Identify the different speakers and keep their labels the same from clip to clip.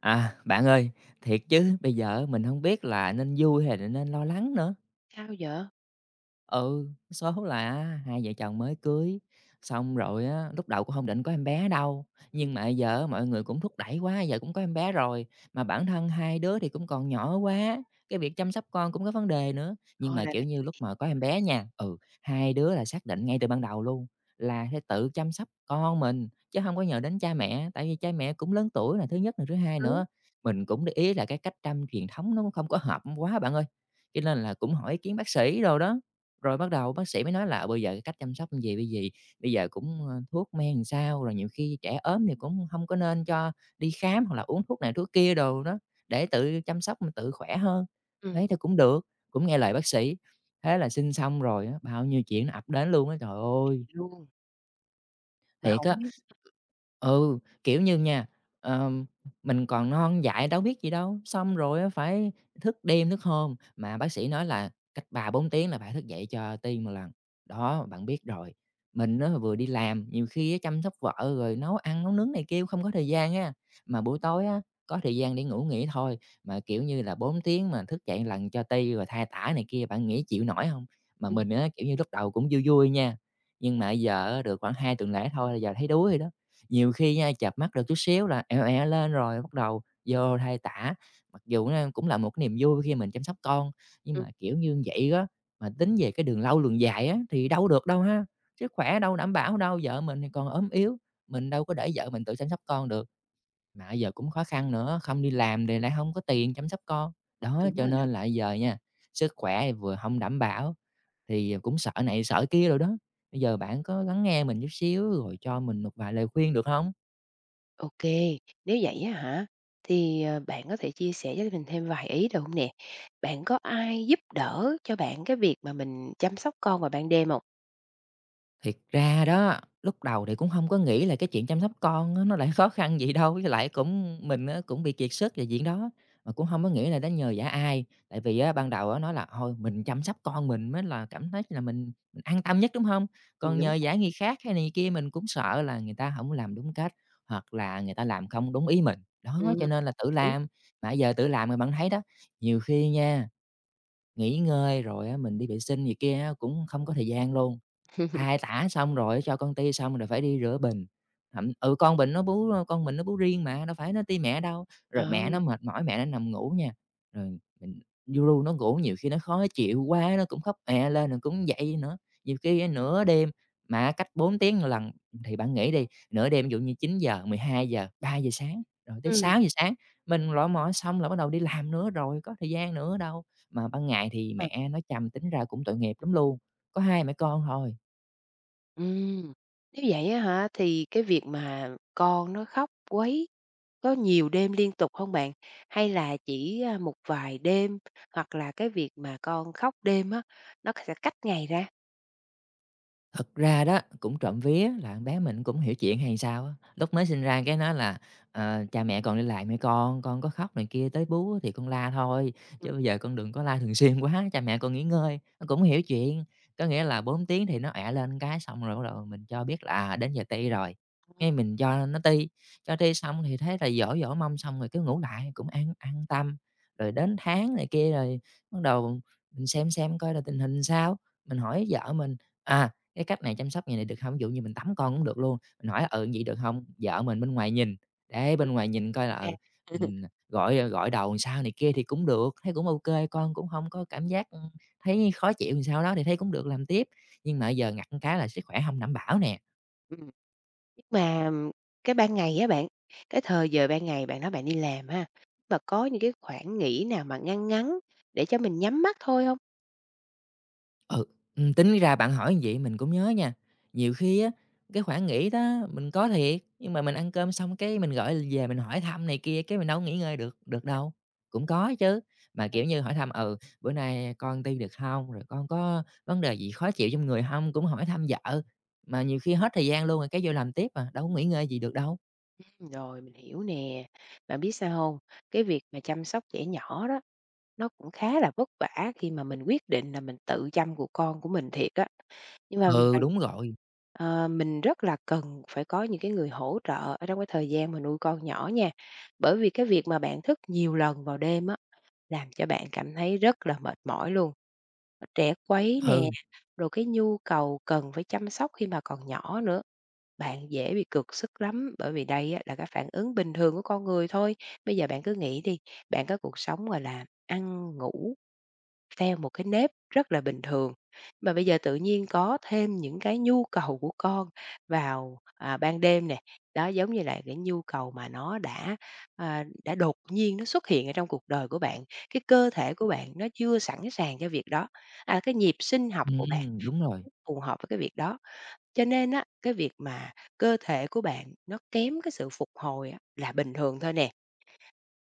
Speaker 1: À, bạn ơi, thiệt chứ, bây giờ mình không biết là nên vui hay là nên lo lắng nữa.
Speaker 2: Sao vậy?
Speaker 1: Ừ, số là hai vợ chồng mới cưới, xong rồi á, lúc đầu cũng không định có em bé đâu,
Speaker 2: Ừm.
Speaker 1: nhưng mà giờ á mọi người cũng thúc đẩy quá, giờ cũng có em bé rồi, mà bản thân hai đứa thì cũng còn nhỏ quá, cái việc chăm sóc con cũng có vấn đề nữa. Nhưng
Speaker 2: Ờ,
Speaker 1: mà,
Speaker 2: là
Speaker 1: kiểu
Speaker 2: bạn
Speaker 1: như, lúc mà có em bé nha, ừ, hai đứa là xác định ngay từ ban đầu luôn là sẽ tự chăm sóc con mình, chứ không có nhờ đến cha mẹ, tại vì cha mẹ cũng lớn tuổi là thứ nhất, là thứ hai
Speaker 2: trước.
Speaker 1: nữa, mình cũng để ý là cái cách chăm truyền thống nó cũng không có hợp quá bạn ơi, cho nên là cũng hỏi ý kiến bác sĩ đồ đó. Rồi bắt đầu bác sĩ mới nói là bây giờ cái cách chăm sóc như vầy, bây gì, bây giờ cũng, ơ, thuốc men làm sao, rồi nhiều khi trẻ ốm thì cũng không có nên cho đi khám hoặc là uống thuốc này thuốc kia đồ đó, để tự chăm sóc mình tự khỏe hơn.
Speaker 2: Ừm,
Speaker 1: Đấy, thì cũng được, cũng nghe lời bác sĩ, thế là xin xong rồi á, bao nhiêu chuyện nó ập đến luôn á, trời ơi,
Speaker 2: vậy luôn, mà
Speaker 1: thiệt
Speaker 2: hổng
Speaker 1: á.
Speaker 2: biết.
Speaker 1: Ừ, kiểu như nha, ờm, mình còn non dại đâu biết gì đâu, xong rồi á phải thức đêm thức hôm, mà bác sĩ nói là cách 3 bốn tiếng là phải thức dậy cho tim một lần. Đó, bạn biết rồi, mình nó vừa đi làm, nhiều khi á chăm sóc vợ rồi nấu ăn nấu nướng này kia không có thời gian á, mà buổi tối á có thời gian để ngủ nghỉ thôi, mà, kiểu như là, 4 tiếng mà thức dậy lần cho ti rồi than tả này kia, bạn nghĩ chịu nổi không? Mà
Speaker 2: ừm,
Speaker 1: mình á, kiểu như, lúc đầu cũng vui vui nha, nhưng mà giờ á được khoảng 2 tuần lễ thôi là giờ thấy đuối rồi đó. Nhiều khi nha, chợp mắt được chút xíu là "èo ẹo" lên rồi bắt đầu vô thay tã. Mặc dù á cũng là một cái niềm vui khi mình chăm sóc con, nhưng
Speaker 2: ừm,
Speaker 1: mà, kiểu như vậy á, mà tính về cái đường lâu đường dài á thì đâu được đâu ha, sức khỏe đâu đảm bảo đâu, vợ mình thì còn ốm yếu, mình đâu có để vợ mình tự chăm sóc con được. Mà giờ cũng khó khăn nữa, không đi làm thì lại không có tiền chăm sóc con. Đó,
Speaker 2: Đúng
Speaker 1: cho
Speaker 2: rồi đó.
Speaker 1: nên là giờ nha, sức khỏe thì vừa không đảm bảo, thì cũng sợ này sợ kia rồi đó. Bây giờ bạn có lắng nghe mình chút xíu rồi cho mình một vài lời khuyên được không?
Speaker 2: Ô kê, nếu vậy á hả, thì, bạn có thể chia sẻ với mình thêm vài ý được hông nè? Bạn có ai giúp đỡ cho bạn cái việc mà mình chăm sóc con vào ban đêm hông?
Speaker 1: Thiệt ra đó, lúc đầu thì cũng không có nghĩ là cái chuyện chăm sóc con á nó lại khó khăn gì đâu, với lại cũng mình á cũng bị kiệt sức về chuyện đó, mà cũng không có nghĩ là đến nhờ vả ai. Tại vì á ban đầu á nói là "Thôi mình chăm sóc con mình mới là cảm thấy là mình an tâm nhất", đúng không? Còn
Speaker 2: Đúng
Speaker 1: nhờ
Speaker 2: rồi,
Speaker 1: vả người khác hay này kia mình cũng sợ là người ta không làm đúng cách, hoặc là người ta làm không đúng ý mình. Đó,
Speaker 2: ừm,
Speaker 1: cho nên là tự
Speaker 2: đấy.
Speaker 1: làm, mà giờ tự làm rồi bạn thấy đó, nhiều khi nha, nghỉ ngơi rồi á mình đi vệ sinh gì kia á cũng không có thời gian luôn. Hai tả xong rồi cho con ti xong rồi phải đi rửa bình. Thậm ừ, con bình nó bú, con mình nó bú riêng mà, đâu phải nó ti mẹ đâu. Rồi
Speaker 2: Ờ,
Speaker 1: mẹ nó mệt mỏi, mẹ nó nằm ngủ nha, rồi mình lu nó ngủ nhiều khi nó khó chịu quá nó cũng khóc "è" lên rồi cũng dậy nữa. Nhiều khi á nửa đêm mà cách 4 tiếng một lần thì bạn nghĩ đi, nửa đêm ví dụ như 9 giờ 12 giờ 3 giờ sáng, rồi tới
Speaker 2: ừm,
Speaker 1: 6 giờ sáng, mình lọ mọ xong là bắt đầu đi làm nữa rồi, có thời gian nữa đâu. Mà ban ngày thì
Speaker 2: ờ,
Speaker 1: mẹ nó trầm tính ra cũng tội nghiệp lắm luôn, có hai mẹ con thôi.
Speaker 2: ừm. Nếu vậy á hả, thì cái việc mà con nó khóc quấy, có nhiều đêm liên tục không bạn? Hay là chỉ, một vài đêm, hoặc là cái việc mà con khóc đêm á, nó sẽ cách ngày ra?
Speaker 1: Thật ra đó, cũng trộm vía là con bé mình cũng hiểu chuyện hay sao á, lúc mới sinh ra cái nói là, ờ, "Cha mẹ còn đi làm hả con? Con có khóc này kia tới bú thì con la thôi,
Speaker 2: Ừm,
Speaker 1: chứ bây giờ con đừng có la thường xuyên quá, cha mẹ con nghỉ ngơi." Nó cũng hiểu chuyện, có nghĩa là 4 tiếng thì nó ẻ lên cái xong rồi bắt đầu mình cho biết là, à, đến giờ ti rồi, ngay mình cho nó ti, cho ti xong thì thấy là dỗ dỗ mông xong rồi cứ ngủ lại cũng an tâm. Rồi đến tháng này kia rồi bắt đầu mình xem coi là tình hình sao, mình hỏi vợ mình, à cái cách này chăm sóc vậy này được không? Ví dụ như mình tắm con cũng được luôn, mình hỏi là "Ừ, vậy được không?" Vợ mình bên ngoài nhìn, để bên ngoài nhìn coi là,
Speaker 2: à,
Speaker 1: ừ, mình gội, ờ, gội đầu làm sao này kia thì cũng được, thấy cũng ok, con cũng không có cảm giác, ừ, thấy khó chịu làm sao đó thì thấy cũng được làm tiếp. Nhưng mà giờ ngặt cái là sức khỏe không đảm bảo nè.
Speaker 2: ừm. Nhưng mà cái ban ngày á bạn, cái thời giờ ban ngày bạn nói bạn đi làm ha, mà có những cái khoảng nghỉ nào mà ngăn ngắn ngắn để cho mình nhắm mắt thôi không?
Speaker 1: Ừ, tính ra bạn hỏi như vậy mình cũng nhớ nha. Nhiều khi á, cái khoảng nghỉ đó mình có thiệt, nhưng mà mình ăn cơm xong cái mình gọi về mình hỏi thăm này kia, cái mình đâu có nghỉ ngơi được được đâu. Cũng có chứ, mà, kiểu như, hỏi thăm, ừ, "Bữa nay con đi được không?" Rồi "Con có vấn đề gì khó chịu trong người không?" Cũng hỏi thăm vợ, mà nhiều khi hết thời gian luôn rồi cái vô làm tiếp à, đâu có nghỉ ngơi gì được đâu.
Speaker 2: Rồi, mình hiểu nè. Bạn biết sao không? Cái việc mà chăm sóc trẻ nhỏ đó, nó cũng khá là vất vả khi mà mình quyết định là mình tự chăm của con của mình thiệt á. Nhưng mà
Speaker 1: Ừ,
Speaker 2: bạn,
Speaker 1: đúng rồi,
Speaker 2: mình rất là cần phải có những cái người hỗ trợ ở trong cái thời gian mà nuôi con nhỏ nha. Bởi vì cái việc mà bạn thức nhiều lần vào đêm á, làm cho bạn cảm thấy rất là mệt mỏi luôn, trẻ quấy nè,
Speaker 1: ừ,
Speaker 2: rồi cái nhu cầu cần phải chăm sóc khi mà còn nhỏ nữa. Bạn dễ bị cực sức lắm, bởi vì đây á, là cái phản ứng bình thường của con người thôi. Bây giờ bạn cứ nghĩ đi, bạn có cuộc sống, gọi là, ăn, ngủ theo một cái nếp rất là bình thường. Mà bây giờ tự nhiên có thêm những cái nhu cầu của con vào, ban đêm nè, đó, giống như là cái nhu cầu mà nó đã, đã đột nhiên nó xuất hiện ở trong cuộc đời của bạn, cái cơ thể của bạn nó chưa sẵn sàng cho việc đó, cái nhịp sinh học của bạn
Speaker 1: đúng
Speaker 2: nó
Speaker 1: rồi.
Speaker 2: không phù hợp với cái việc đó. Cho nên á, cái việc mà cơ thể của bạn nó kém cái sự phục hồi á là bình thường thôi nè.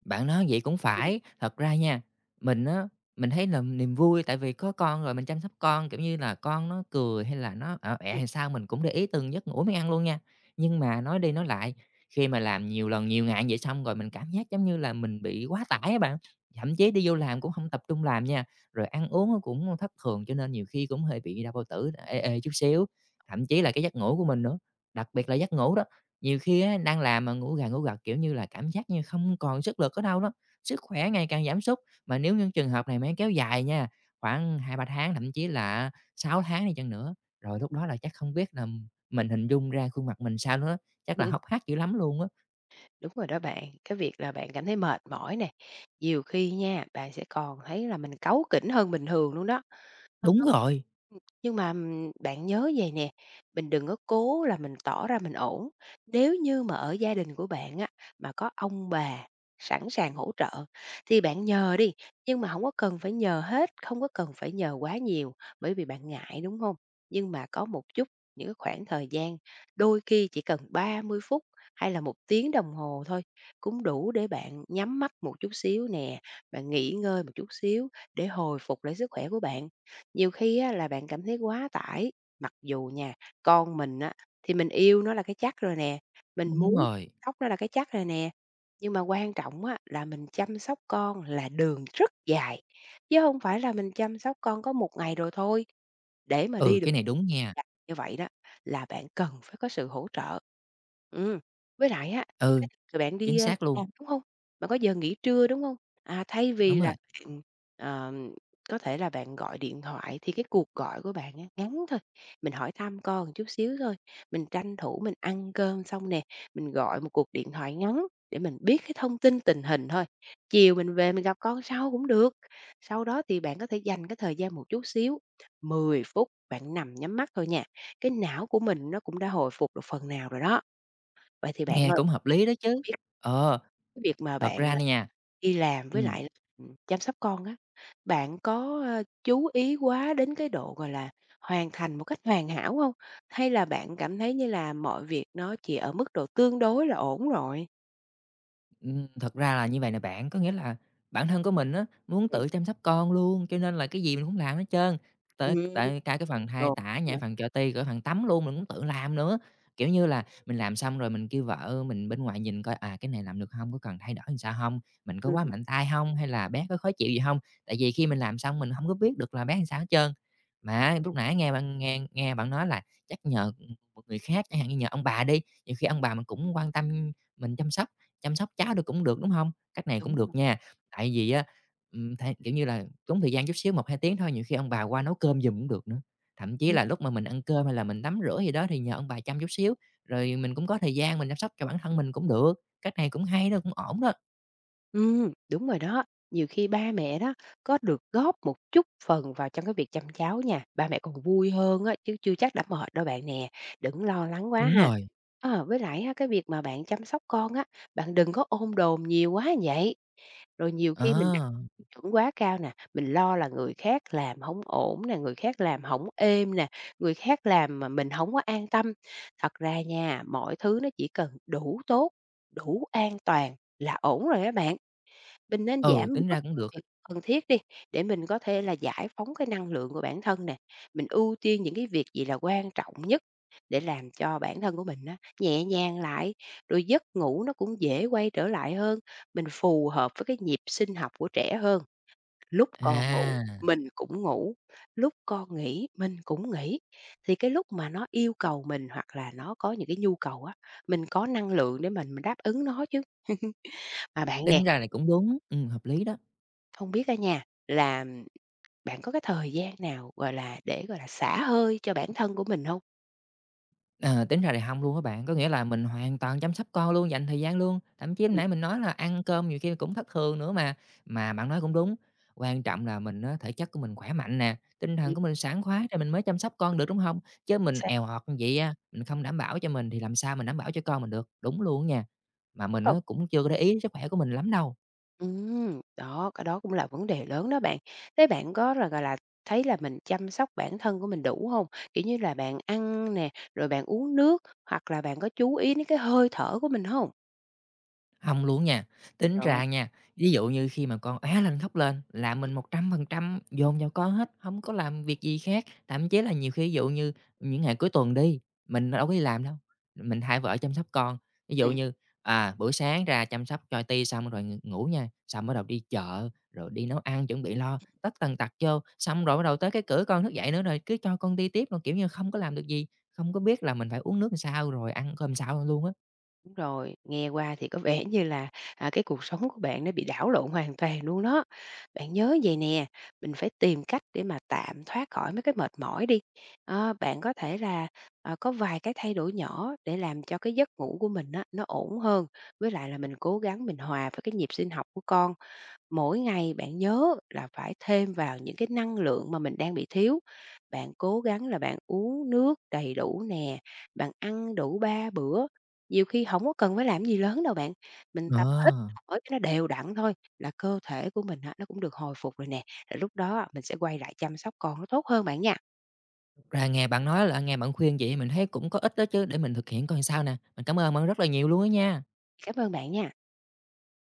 Speaker 1: Bạn nói vậy cũng
Speaker 2: Ừm,
Speaker 1: phải, thật ra nha, mình á, mình thấy là niềm vui tại vì có con rồi mình chăm sóc con, kiểu như là, con nó cười hay là nó ở ẻ hay sao mình cũng để ý từng giấc ngủ mới ăn luôn nha. Nhưng mà nói đi nói lại, khi mà làm nhiều lần, nhiều ngày vậy xong rồi mình cảm giác giống như là mình bị quá tải á bạn, thậm chí đi vô làm cũng không tập trung làm nha, rồi ăn uống nó cũng thất thường cho nên nhiều khi cũng hơi bị đau bao tử, ê ê chút xíu, thậm chí là cái giấc ngủ của mình nữa, đặc biệt là giấc ngủ đó nhiều khi á, đang làm mà ngủ gà ngủ gật, kiểu như là, cảm giác như không còn sức lực ở đâu đó, sức khỏe ngày càng giảm sút. Mà nếu những trường hợp này mà kéo dài nha, khoảng 2 3 tháng, thậm chí là 6 tháng đi chăng nữa, rồi lúc đó là chắc không biết là mình hình dung ra khuôn mặt mình sao nữa, chắc là hốc hác dữ lắm luôn á.
Speaker 2: đúng rồi đó bạn, cái việc là bạn cảm thấy mệt mỏi nè, nhiều khi nha, bạn sẽ còn thấy là mình cáu kỉnh hơn bình thường luôn đó. Ờ.
Speaker 1: Đúng
Speaker 2: Ờ.
Speaker 1: rồi,
Speaker 2: Nhưng mà, bạn nhớ vậy nè, mình đừng có cố là mình tỏ ra mình ổn. Nếu như mà ở gia đình của bạn á, mà có ông bà sẵn sàng hỗ trợ thì bạn nhờ đi, nhưng mà không có cần phải nhờ hết, không có cần phải nhờ quá nhiều, bởi vì bạn ngại, đúng không? Nhưng mà có một chút, những cái khoảng thời gian, đôi khi chỉ cần 30 phút hay là một tiếng đồng hồ thôi, cũng đủ để bạn nhắm mắt một chút xíu nè, bạn nghỉ ngơi một chút xíu để hồi phục lại sức khỏe của bạn. Nhiều khi á là bạn cảm thấy quá tải, mặc dù nha, con mình á, thì mình yêu nó là cái chắc rồi nè, mình
Speaker 1: đúng
Speaker 2: muốn
Speaker 1: rồi,
Speaker 2: sóc nó là cái chắc rồi nè, nhưng mà quan trọng á là mình chăm sóc con là đường rất dài, chứ không phải là mình chăm sóc con có một ngày rồi thôi. Để mà
Speaker 1: ừ,
Speaker 2: đi được
Speaker 1: cái này đúng nha,
Speaker 2: chặt như vậy đó là bạn cần phải có sự hỗ trợ. Ừm, với lại á,
Speaker 1: ừ,
Speaker 2: cái rồi bạn
Speaker 1: chính
Speaker 2: đi,
Speaker 1: xác luôn,
Speaker 2: làm, đúng không? Bạn có giờ nghỉ trưa, đúng không? À, thay
Speaker 1: đúng
Speaker 2: vì
Speaker 1: rồi,
Speaker 2: là bạn, ờ, có thể là bạn gọi điện thoại thì cái cuộc gọi của bạn á, ngắn thôi, mình hỏi thăm con một chút xíu thôi, mình tranh thủ mình ăn cơm xong nè, mình gọi một cuộc điện thoại ngắn để mình biết cái thông tin tình hình thôi. Chiều mình về mình gặp con sau cũng được. Sau đó thì bạn có thể dành cái thời gian một chút xíu, 10 phút bạn nằm nhắm mắt thôi nha. Cái não của mình nó cũng đã hồi phục được phần nào rồi đó. Vậy thì bạn
Speaker 1: nghe
Speaker 2: ơi,
Speaker 1: cũng hợp lý đó chứ. Ờ,
Speaker 2: cái việc mà
Speaker 1: thật
Speaker 2: bạn,
Speaker 1: ra nè nha
Speaker 2: đi làm với
Speaker 1: ừm.
Speaker 2: lại, chăm sóc con á, bạn có, chú ý quá đến cái độ, gọi là, hoàn thành một cách hoàn hảo không? Hay là bạn cảm thấy như là mọi việc nó chỉ ở mức độ tương đối là ổn rồi?
Speaker 1: Thật ra là như vậy nè bạn, có nghĩa là bản thân của mình á, muốn
Speaker 2: Ừm,
Speaker 1: tự chăm sóc con luôn, cho nên là cái gì mình cũng làm hết trơn, tới
Speaker 2: ừm,
Speaker 1: tại cả cái phần thay
Speaker 2: đúng
Speaker 1: tã, nhã
Speaker 2: rồi.
Speaker 1: phần cho ti, cả phần tắm luôn mình cũng tự làm nữa. Kiểu như là, mình làm xong rồi mình kêu vợ mình bên ngoài nhìn coi, à, cái này làm được không có cần thay đổi làm sao không mình có quá
Speaker 2: Ừm,
Speaker 1: mạnh tay không hay là bé có khó chịu gì không? Tại vì khi mình làm xong mình không có biết được là bé làm sao hết trơn. Mà lúc nãy nghe bạn nói là chắc nhờ, một người khác, chẳng hạn như nhờ ông bà đi, nhiều khi ông bà mình cũng quan tâm mình chăm sóc cháu được cũng được, đúng không? Cách này cũng
Speaker 2: đúng
Speaker 1: được
Speaker 2: rồi.
Speaker 1: nha, tại vì á, thay kiểu như là, tốn thời gian chút xíu 1 2 tiếng thôi, nhiều khi ông bà qua nấu cơm giùm cũng được nữa. Thậm chí là lúc mà mình ăn cơm hay là mình tắm rửa gì đó thì nhờ ông bà chăm chút xíu, rồi mình cũng có thời gian mình chăm sóc cho bản thân mình cũng được. Cách này cũng hay đó, cũng ổn đó.
Speaker 2: Ừ, đúng rồi đó. Nhiều khi ba mẹ đó có được góp một chút phần vào trong cái việc chăm cháu nha, ba mẹ còn vui hơn á, chứ chưa chắc đã mệt đâu bạn nè, đừng lo lắng quá
Speaker 1: Đúng
Speaker 2: ha.
Speaker 1: rồi,
Speaker 2: Ờ, với lại á, cái việc mà bạn chăm sóc con á, bạn đừng có ôm đồm nhiều quá vậy. Rồi nhiều khi mình đặt
Speaker 1: ờ,
Speaker 2: tiêu chuẩn quá cao nè, mình lo là người khác làm không ổn nè, người khác làm không êm nè, người khác làm mà mình không có an tâm. Thật ra nha, mọi thứ nó chỉ cần đủ tốt, đủ an toàn là ổn rồi các bạn. Mình nên
Speaker 1: ừ,
Speaker 2: giảm
Speaker 1: tính
Speaker 2: bớt
Speaker 1: ra cũng được á.
Speaker 2: việc cần thiết đi, để mình có thể là giải phóng cái năng lượng của bản thân nè. Mình ưu tiên những cái việc gì là quan trọng nhất để làm cho bản thân của mình á, nhẹ nhàng lại, rồi giấc ngủ nó cũng dễ quay trở lại hơn. Mình phù hợp với cái nhịp sinh học của trẻ hơn, lúc con ngủ
Speaker 1: À,
Speaker 2: mình cũng ngủ, lúc con nghỉ mình cũng nghỉ. Thì cái lúc mà nó yêu cầu mình hoặc là nó có những cái nhu cầu á, mình có năng lượng để mình đáp ứng nó chứ. Mà bạn nè,
Speaker 1: tính ra này cũng đúng, hợp lý đó.
Speaker 2: không biết á nhà là bạn có cái thời gian nào, gọi là, để, gọi là, xả hơi cho bản thân của mình không?
Speaker 1: Ờ, tính ra thì hông luôn á bạn, có nghĩa là mình hoàn toàn chăm sóc con luôn, dành thời gian luôn, thậm chí
Speaker 2: Ừm,
Speaker 1: nãy mình nói là ăn cơm nhiều khi cũng thất thường nữa mà. Mà bạn nói cũng đúng, quan trọng là mình á, thể chất của mình khỏe mạnh nè, tinh thần
Speaker 2: ừm,
Speaker 1: của mình sảng khoái rồi mình mới chăm sóc con được, đúng hông? Chứ mình
Speaker 2: xác.
Speaker 1: èo ọt như vậy á, mình không đảm bảo cho mình thì làm sao mình đảm bảo cho con mình được, đúng luôn á nha. Mà mình á,
Speaker 2: Còn
Speaker 1: cũng chưa có để ý sức khỏe của mình lắm đâu.
Speaker 2: đó, cái đó cũng là vấn đề lớn đó bạn. Thế bạn có là, gọi là, thấy là mình chăm sóc bản thân của mình đủ không? Kiểu như là bạn ăn nè, rồi bạn uống nước, hoặc là bạn có chú ý đến cái hơi thở của mình không?
Speaker 1: Không luôn nha. Tính
Speaker 2: Đó.
Speaker 1: ra nha, ví dụ như khi mà con óe lên khóc lên là mình 100% dồn vào con hết, không có làm việc gì khác. Thậm chí là nhiều khi ví dụ như những ngày cuối tuần đi, mình đâu có đi làm đâu, mình hai vợ chăm sóc con. Ví dụ như, à, buổi sáng ra chăm sóc cho ti xong rồi ng ngủ nha, xong bắt đầu đi chợ, rồi đi nấu ăn chuẩn bị lo tất tần tật vô, xong rồi bắt đầu tới cái cửa con thức dậy nữa rồi cứ cho con đi tiếp luôn, kiểu như, không có làm được gì, không có biết là mình phải uống nước làm sao rồi ăn cơm sao luôn á.
Speaker 2: Đúng rồi, nghe qua thì có vẻ như là, cái cuộc sống của bạn nó bị đảo lộn hoàn toàn luôn đó. Bạn nhớ vầy nè, mình phải tìm cách để mà tạm thoát khỏi mấy cái mệt mỏi đi. Ờ, bạn có thể là, ờ, có vài cái thay đổi nhỏ để làm cho cái giấc ngủ của mình á, nó ổn hơn, với lại là mình cố gắng mình hòa với cái nhịp sinh học của con. Mỗi ngày bạn nhớ là phải thêm vào những cái năng lượng mà mình đang bị thiếu. Bạn cố gắng là bạn uống nước đầy đủ nè, bạn ăn đủ 3 bữa, nhiều khi không có cần phải làm gì lớn đâu bạn. Mình tập hít
Speaker 1: Ờ.
Speaker 2: thở cho nó đều đặn thôi là cơ thể của mình á, nó cũng được hồi phục rồi nè, rồi lúc đó á, mình sẽ quay lại chăm sóc con nó tốt hơn bạn nha.
Speaker 1: Ra nghe bạn nói là nghe bạn khuyên vậy mình thấy cũng có ích đó chứ, để mình thực hiện coi sao nè. Mình cảm ơn bạn rất là nhiều luôn á nha.
Speaker 2: Cảm ơn bạn nha.